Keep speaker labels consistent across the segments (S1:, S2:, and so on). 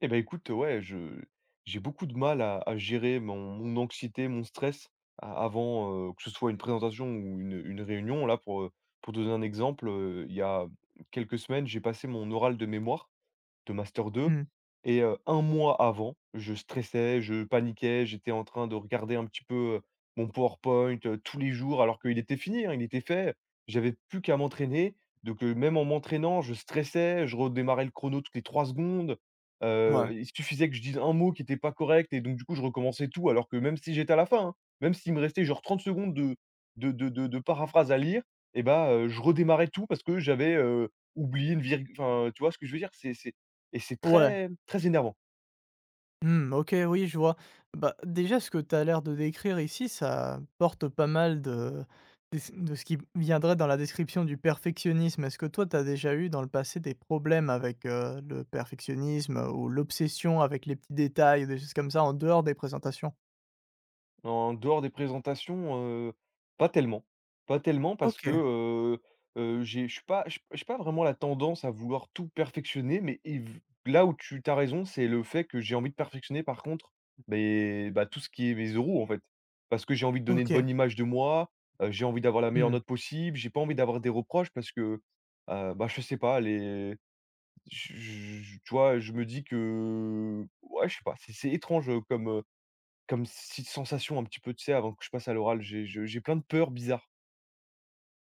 S1: Eh ben écoute, ouais, je j'ai beaucoup de mal à gérer mon anxiété, mon stress a avant, que ce soit une présentation ou une réunion. Là, pour te donner un exemple, il y a quelques semaines, j'ai passé mon oral de mémoire de master 2
S2: Mmh.
S1: et 1 mois avant, je stressais, je paniquais, j'étais en train de regarder un petit peu, mon PowerPoint, tous les jours alors qu'il était fini, hein, il était fait. J'avais plus qu'à m'entraîner, donc même en m'entraînant, je stressais, je redémarrais le chrono toutes les 3 secondes. Heu,
S2: Ouais.
S1: il suffisait que je dise un mot qui était pas correct et donc du coup, je recommençais tout alors que même si j'étais à la fin, hein, même s'il me restait genre 30 secondes de paraphrase à lire et bah, je redémarrais tout parce que j'avais oublié une virgule enfin, tu vois ce que je veux dire? C'est et c'est
S2: Ouais.
S1: très très énervant.
S2: Mmh, OK, oui, je vois. Bah, déjà, ce que tu as l'air de décrire ici, ça porte pas mal de ce qui viendrait dans la description du perfectionnisme. Est-ce que toi, tu as déjà eu dans le passé des problèmes avec, le perfectionnisme ou l'obsession avec les petits détails ou des choses comme ça en dehors des présentations?
S1: En dehors des présentations, heu, pas tellement. Pas tellement parce que,
S2: OK,
S1: j'ai je suis pas je suis pas vraiment la tendance à vouloir tout perfectionner, mais et v là où tu as raison, c'est le fait que j'ai envie de perfectionner par contre, mais bah, tout ce qui est mes euros, en fait. Parce que j'ai envie de donner une
S2: OK.
S1: bonne image de moi, j'ai envie d'avoir la meilleure
S2: Mmh.
S1: note possible, j'ai pas envie d'avoir des reproches parce que, bah, je sais pas, les je tu vois, je me dis que ouais, je sais pas, c'est étrange, comme cette sensation un petit peu, tu sais, avant que je passe à l'oral, j'ai plein de peurs bizarres.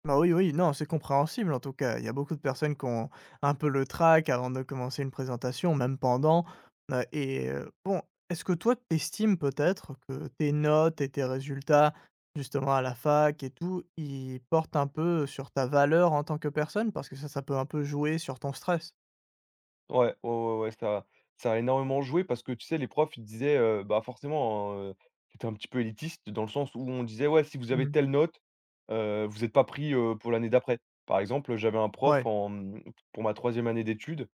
S2: Bah, oui, oui, non, c'est compréhensible en tout cas. Il y a beaucoup de personnes qui ont un peu le trac avant de commencer une présentation, même pendant, et bon, est-ce que toi, t'estimes peut-être que tes notes et tes résultats, justement à la fac et tout, ils portent un peu sur ta valeur en tant que personne? Parce que ça peut un peu jouer sur ton stress.
S1: Ouais, ouais, ouais, ouais, ça a énormément joué parce que, tu sais, les profs, ils disaient, bah, forcément, hein, c'était un petit peu élitiste dans le sens où on disait: «Ouais, si vous avez
S2: Mmh.
S1: telle note, vous êtes pas pris, pour l'année d'après». Par exemple, j'avais un prof
S2: Ouais.
S1: pour ma troisième année d'études,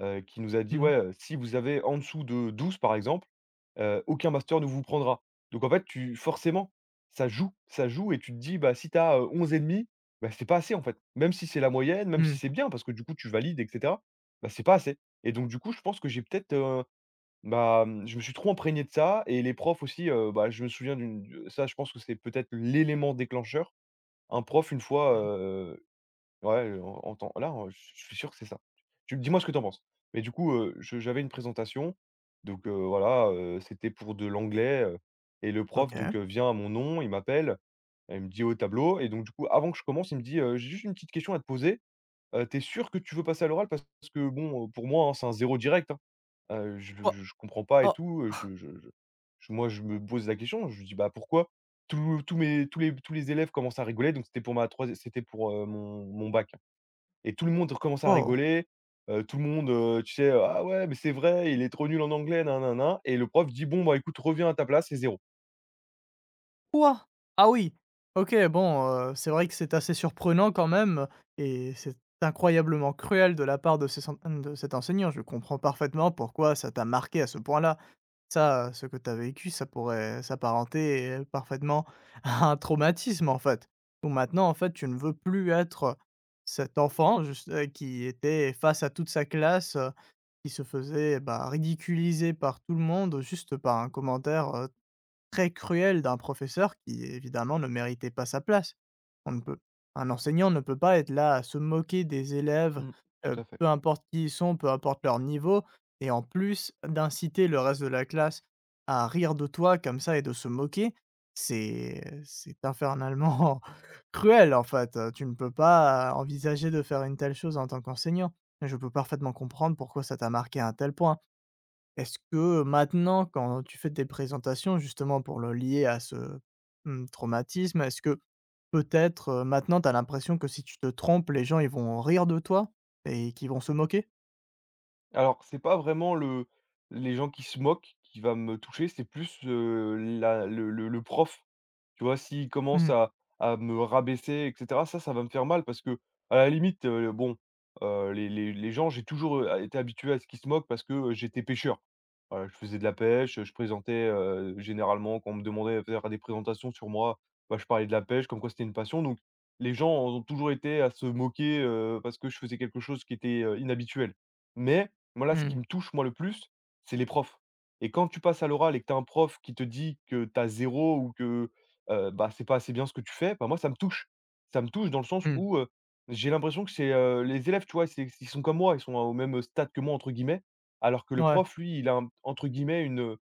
S1: qui nous a dit:
S2: Mmh.
S1: «Ouais, si vous avez en dessous de 12, par exemple, aucun master ne vous prendra. Donc en fait, tu forcément, ça joue et tu te dis, bah, si tu as, 11,5, bah, c'est pas assez en fait. Même si c'est la moyenne, même si
S2: Mmh.
S1: c'est bien parce que du coup tu valides et cetera, bah, c'est pas assez et donc du coup, je pense que j'ai peut-être, bah, mmh, je me suis trop imprégné de ça et les profs aussi, bah, je me souviens d'une ça, je pense que c'est peut-être l'élément déclencheur. Un prof une fois.
S2: Mmh.
S1: Ouais, en temps là, je suis sûr que c'est ça. Tu dis-moi ce que tu en penses. Mais du coup, je j'avais une présentation, donc voilà, c'était pour de l'anglais, et le prof
S2: OK.
S1: donc vient à mon nom, il m'appelle, il me dit: «Au tableau» et donc du coup, avant que je commence, il me dit: «J'ai juste une petite question à te poser, tu sûr que tu veux passer à l'oral? Parce que bon, pour moi, hein, c'est un 0 direct, hein, je
S2: Wa
S1: je je comprends pas et
S2: Oh!
S1: tout, je moi, je me pose la question». Je lui dis: «Bah, pourquoi?» Tous les élèves commencent à rigoler, donc c'était pour, mon bac. Et tout le monde recommence à
S2: Wow!
S1: rigoler, tout le monde, tu sais: «Ah ouais, mais c'est vrai, il est trop nul en anglais, nin nin nin» et le prof dit: «Bon, bah, écoute, reviens à ta place c'est 0.
S2: Quoi? Ah oui! OK, bon, c'est vrai que c'est assez surprenant quand même et c'est incroyablement cruel de la part de ces cent de cet enseignant. Je comprends parfaitement pourquoi ça t'a marqué à ce point-là. Ça, ce que t'as vécu, ça pourrait s'apparenter, parfaitement à un traumatisme, en fait. Donc maintenant, en fait, tu ne veux plus être cet enfant juste, qui était face à toute sa classe, qui se faisait, bah, ridiculiser par tout le monde juste par un commentaire, très cruel d'un professeur qui évidemment ne méritait pas sa place. On ne peut un enseignant ne peut pas être là à se moquer des élèves,
S1: Mmh. Tout à fait.
S2: peu importe qui ils sont, peu importe leur niveau et en plus d'inciter le reste de la classe à rire de toi comme ça et de se moquer, c'est infernalement cruel en fait, tu ne peux pas envisager de faire une telle chose en tant qu'enseignant. Je peux parfaitement comprendre pourquoi ça t'a marqué à un tel point. Est-ce que maintenant, quand tu fais tes présentations, justement pour le lier à ce, mmh, traumatisme, est-ce que peut-être, maintenant, tu as l'impression que si tu te trompes, les gens, ils vont rire de toi et qu'ils vont se moquer?
S1: Alors, c'est pas vraiment le les gens qui se moquent qui va me toucher, c'est plus, la le prof. Tu vois, s'il commence
S2: Mmh.
S1: à me rabaisser et cetera, ça va me faire mal parce que à la limite, bon, les gens, j'ai toujours, été habitué à ce qu'ils se moquent parce que, j'étais pêcheur. Voilà, je faisais de la pêche, je présentais, généralement quand on me demandait de faire des présentations sur moi, bah, je parlais de la pêche comme quoi c'était une passion donc les gens ont toujours été à se moquer, parce que je faisais quelque chose qui était, inhabituel. Mais moi, là, ce qui
S2: Mmh.
S1: me touche, moi, le plus, c'est les profs et quand tu passes à l'oral et que tu as un prof qui te dit que tu as 0 ou que bah, c'est pas assez bien ce que tu fais, bah, moi ça me touche. Ça me touche dans le sens
S2: Mmh.
S1: où, j'ai l'impression que c'est, les élèves, tu vois, c'est ils sont comme moi, ils sont au même «stade» que moi entre guillemets, alors que le
S2: Ouais.
S1: prof lui, il a un entre guillemets une,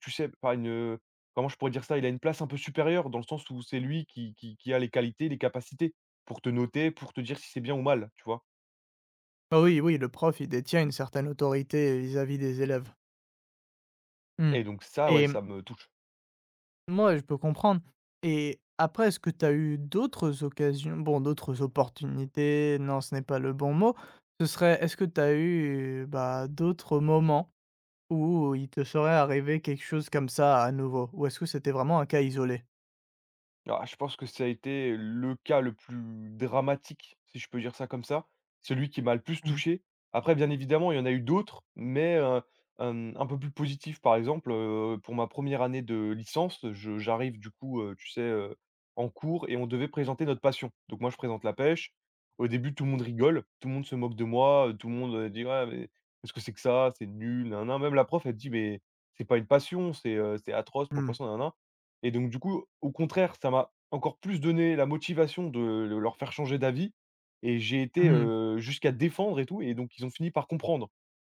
S1: tu sais, pas une, comment je pourrais dire ça? Il a une place un peu supérieure dans le sens où c'est lui qui a les qualités, les capacités pour te noter, pour te dire si c'est bien ou mal, tu vois?
S2: Bah, oui, oui, le prof, il détient une certaine autorité vis-à-vis des élèves. Mmh
S1: Et donc ça, ouais,
S2: et
S1: ça me touche.
S2: moi je peux comprendre et après, est-ce que tu as eu d'autres occasions bon, d'autres opportunités, non, ce n'est pas le bon mot. Ce serait est-ce que tu as eu, bah, d'autres moments. Ou il te serait arrivé quelque chose comme ça à nouveau? Ou est-ce que c'était vraiment un cas isolé?
S1: Ah, je pense que ça a été le cas le plus dramatique, si je peux dire ça comme ça. Celui qui m'a le plus
S2: Mmh.
S1: touché. Après, bien évidemment, il y en a eu d'autres, mais un peu plus positif. Par exemple, pour ma première année de licence, je j'arrive du coup, tu sais, en cours et on devait présenter notre passion. Donc moi, je présente la pêche. Au début, tout le monde rigole, tout le monde se moque de moi, tout le monde, dit: «Ouais, mais qu'est-ce que c'est que ça? C'est nul, nin nin». Même la prof, elle dit: «Mais c'est pas une passion, c'est atroce pour le
S2: Mmh.
S1: poisson, nin nin». Et donc du coup, au contraire, ça m'a encore plus donné la motivation de le leur faire changer d'avis et j'ai été,
S2: Mmh.
S1: jusqu'à défendre et tout et donc ils ont fini par comprendre.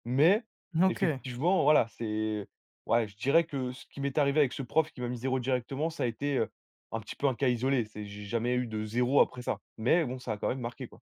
S1: Mais
S2: OK.
S1: effectivement, voilà, c'est ouais, je dirais que ce qui m'est arrivé avec ce prof qui m'a mis 0 directement, ça a été, un petit peu un cas isolé. C'est j'ai jamais eu de 0 après ça. Mais bon, ça a quand même marqué, quoi.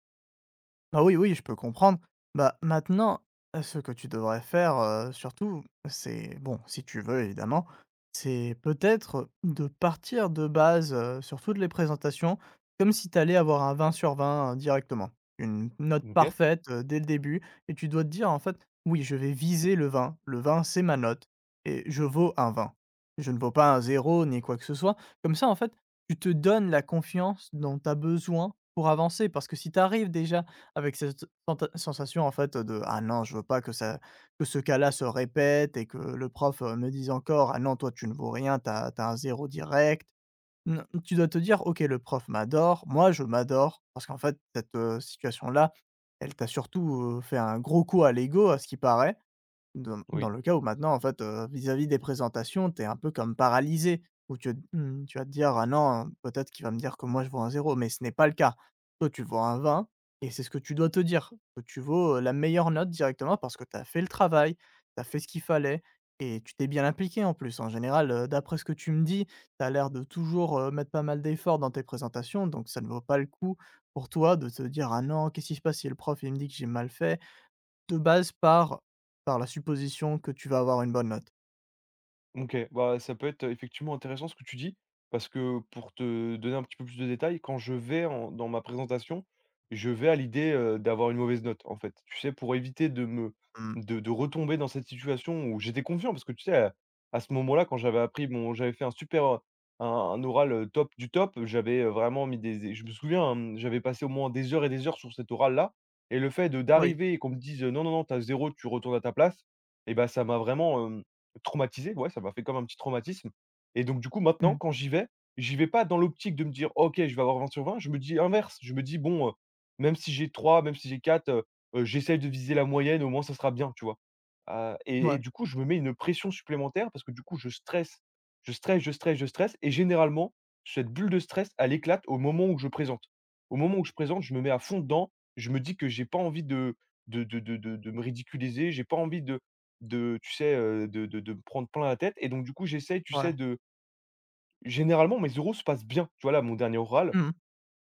S2: Bah oui, oui, je peux comprendre. Bah, maintenant, ce que tu devrais faire, surtout, c'est bon, si tu veux évidemment, c'est peut-être de partir de base, sur toutes les présentations, comme si tu allais avoir un 20 sur 20 directement. Une note
S1: OK,
S2: parfaite, dès le début, et tu dois te dire en fait: «Oui, je vais viser le 20. Le 20, c'est ma note, et je vaux un 20. Je ne vaux pas un 0 ni quoi que ce soit». Comme ça, en fait, tu te donnes la confiance dont tu as besoin pour avancer, parce que si tu arrives déjà avec cette senta sensation, en fait, de: «Ah non, je veux pas que ce cas-là se répète et que le prof, me dise encore: "Ah non, toi, tu ne vaux rien, t'as as un 0 direct"». N tu dois te dire: «OK, le prof m'adore, moi, je m'adore». Parce qu'en fait, cette, situation-là, elle t'a surtout, fait un gros coup à l'ego, à ce qui paraît. Dans
S1: oui.
S2: le cas où maintenant, en fait, vis-à-vis des présentations, tu es un peu comme paralysé, où tu vas te dire: «Ah non, peut-être qu'il va me dire que moi je vaux un 0, mais ce n'est pas le cas. Toi, tu vaux un 20, et c'est ce que tu dois te dire, que tu vaux, la meilleure note directement parce que tu as fait le travail, tu as fait ce qu'il fallait et tu t'es bien impliqué en plus. En général, d'après ce que tu me dis, tu as l'air de toujours, mettre pas mal d'efforts dans tes présentations, donc ça ne vaut pas le coup pour toi de te dire: «Ah non, qu'est-ce qui se passe si le prof il me dit que j'ai mal fait?» de base, par la supposition que tu vas avoir une bonne note.
S1: OK, bah, ça peut être effectivement intéressant ce que tu dis, parce que pour te donner un petit peu plus de détails, quand je vais en dans ma présentation, je vais à l'idée, d'avoir une mauvaise note, en fait. Tu sais, pour éviter de me
S2: Mmh.
S1: de retomber dans cette situation où j'étais confiant parce que tu sais, à ce moment-là, quand j'avais appris bon j'avais fait un super, un oral, top du top, j'avais vraiment mis des je me souviens, hein, j'avais passé au moins des heures et des heures sur cet oral-là et le fait de
S2: Oui.
S1: d'arriver et qu'on me dise: «Non, non, non, t'as 0 tu retournes à ta place» et bah, ça m'a vraiment, traumatisé, ouais, ça m'a fait comme un petit traumatisme et donc du coup, maintenant,
S2: Mmh.
S1: quand j'y vais pas dans l'optique de me dire: «OK, je vais avoir 20/20 Je me dis inverse, je me dis: «Bon, même si j'ai 3 même si j'ai 4 j'essaye de viser la moyenne, au moins ça sera bien», tu vois? Et
S2: Ouais.
S1: du coup, je me mets une pression supplémentaire parce que du coup, je stresse, je stresse, je stresse, je stresse et généralement, cette bulle de stress, elle éclate au moment où je présente. Au moment où je présente, je me mets à fond dedans. Je me dis que j'ai pas envie de me ridiculiser, j'ai pas envie de tu sais, de me prendre plein la tête et donc du coup, j'essaye, tu sais,
S2: Ouais.
S1: de Généralement, mes euros se passent bien. Tu vois, là, mon dernier oral,
S2: Mmh.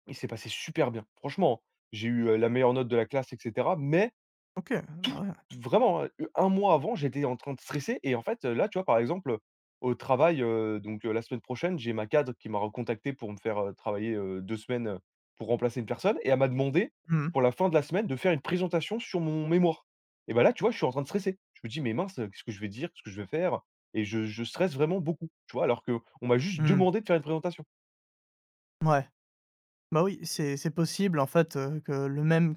S1: il s'est passé super bien. Franchement, j'ai eu, la meilleure note de la classe et cetera mais
S2: OK. Bah, ouais.
S1: vraiment, mois avant, j'étais en train de stresser et en fait, là, tu vois, par exemple, au travail, la semaine prochaine, j'ai ma cadre qui m'a recontacté pour me faire, travailler, 2 semaines, pour remplacer une personne et elle m'a demandé,
S2: Mmh.
S1: pour la fin de la semaine, de faire une présentation sur mon mémoire et bah, là, tu vois, je suis en train de stresser. Je me dis: «Mais mince, qu'est-ce que je vais dire? Qu'est-ce que je vais faire?» et je stresse vraiment beaucoup, tu vois? Alors qu'on m'a juste
S2: Mmh.
S1: demandé de faire une présentation.
S2: Ouais. Bah, oui, c'est possible en fait, que le même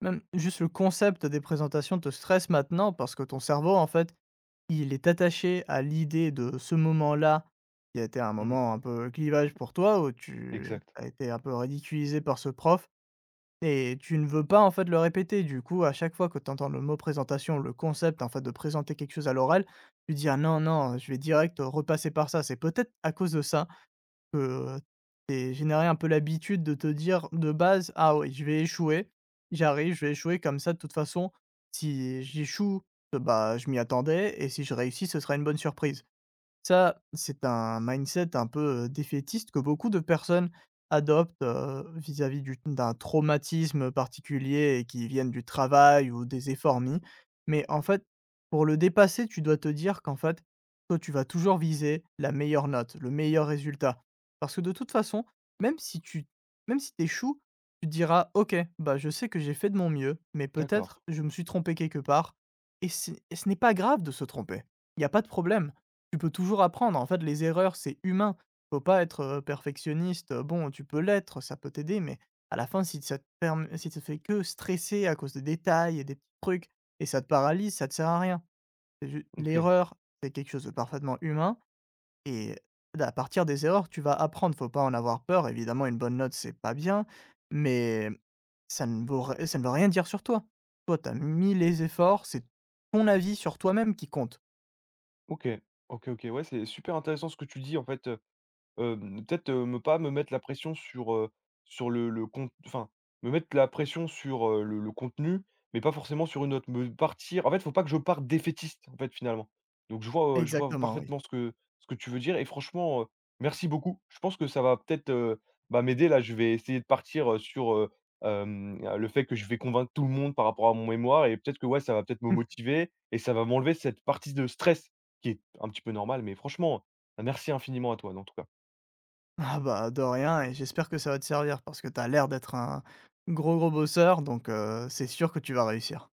S2: même juste le concept des présentations te stresse maintenant, parce que ton cerveau en fait, il est attaché à l'idée de ce moment-là, qui a été un
S1: Mmh.
S2: moment un peu clivage pour toi, où tu
S1: Exact.
S2: as été un peu ridiculisé par ce prof. Et tu ne veux pas, en fait, le répéter. Du coup, à chaque fois que tu entends le mot présentation, le concept, en fait, de présenter quelque chose à l'oral, tu dis: «Ah non, non, je vais direct, repasser par ça». C'est peut-être à cause de ça que t'es généré un peu l'habitude de te dire, de base: «Ah oui, je vais échouer, j'arrive, je vais échouer comme ça de toute façon, si j'échoue, bah, je m'y attendais, et si je réussis, ce sera une bonne surprise». Ça, c'est un mindset un peu, défaitiste, que beaucoup de personnes adoptent, vis-à-vis du d'un traumatisme particulier, et qui viennent du travail ou des efforts mis. Mais en fait, pour le dépasser, tu dois te dire qu'en fait, toi, tu vas toujours viser la meilleure note, le meilleur résultat. Parce que de toute façon, même si tu même si tu échoues, tu te diras: «OK, bah, je sais que j'ai fait de mon mieux, mais
S1: D'accord.
S2: peut-être je me suis trompé quelque part», et ce n'est pas grave de se tromper. Il n'y a pas de problème. Tu peux toujours apprendre. En fait, les erreurs, c'est humain. Faut pas être, perfectionniste. Bon, tu peux l'être, ça peut t'aider, mais à la fin, si ça te fait que stresser à cause de détails et des petits trucs, et ça te paralyse, ça te sert à rien. C'est ju
S1: OK.
S2: l'erreur, c'est quelque chose de parfaitement humain, et à partir des erreurs, tu vas apprendre. Faut pas en avoir peur. Évidemment, une bonne note, c'est pas bien, mais ça ne veut rien dire sur toi. Toi, tu as mis les efforts, c'est ton avis sur toi-même qui compte.
S1: OK. OK, OK. Ouais, c'est super intéressant ce que tu dis, en fait. Hem, peut-être, me pas me mettre la pression sur, sur le con enfin, me mettre la pression sur, le contenu, mais pas forcément sur une autre. Me partir en fait, faut pas que je parte défaitiste, en fait, finalement. Donc je vois
S2: Exactement, oui.
S1: parfaitement ce que tu veux dire et franchement, merci beaucoup. Je pense que ça va peut-être, bah, m'aider là. Je vais essayer de partir, sur le fait que je vais convaincre tout le monde par rapport à mon mémoire et peut-être que, ouais, ça va peut-être me motiver et ça va m'enlever cette partie de stress qui est un petit peu normale, mais franchement, merci infiniment à toi, dans tout cas.
S2: Ah bah, de rien, et j'espère que ça va te servir, parce que t'as l'air d'être un gros, gros bosseur, donc c'est sûr que tu vas réussir.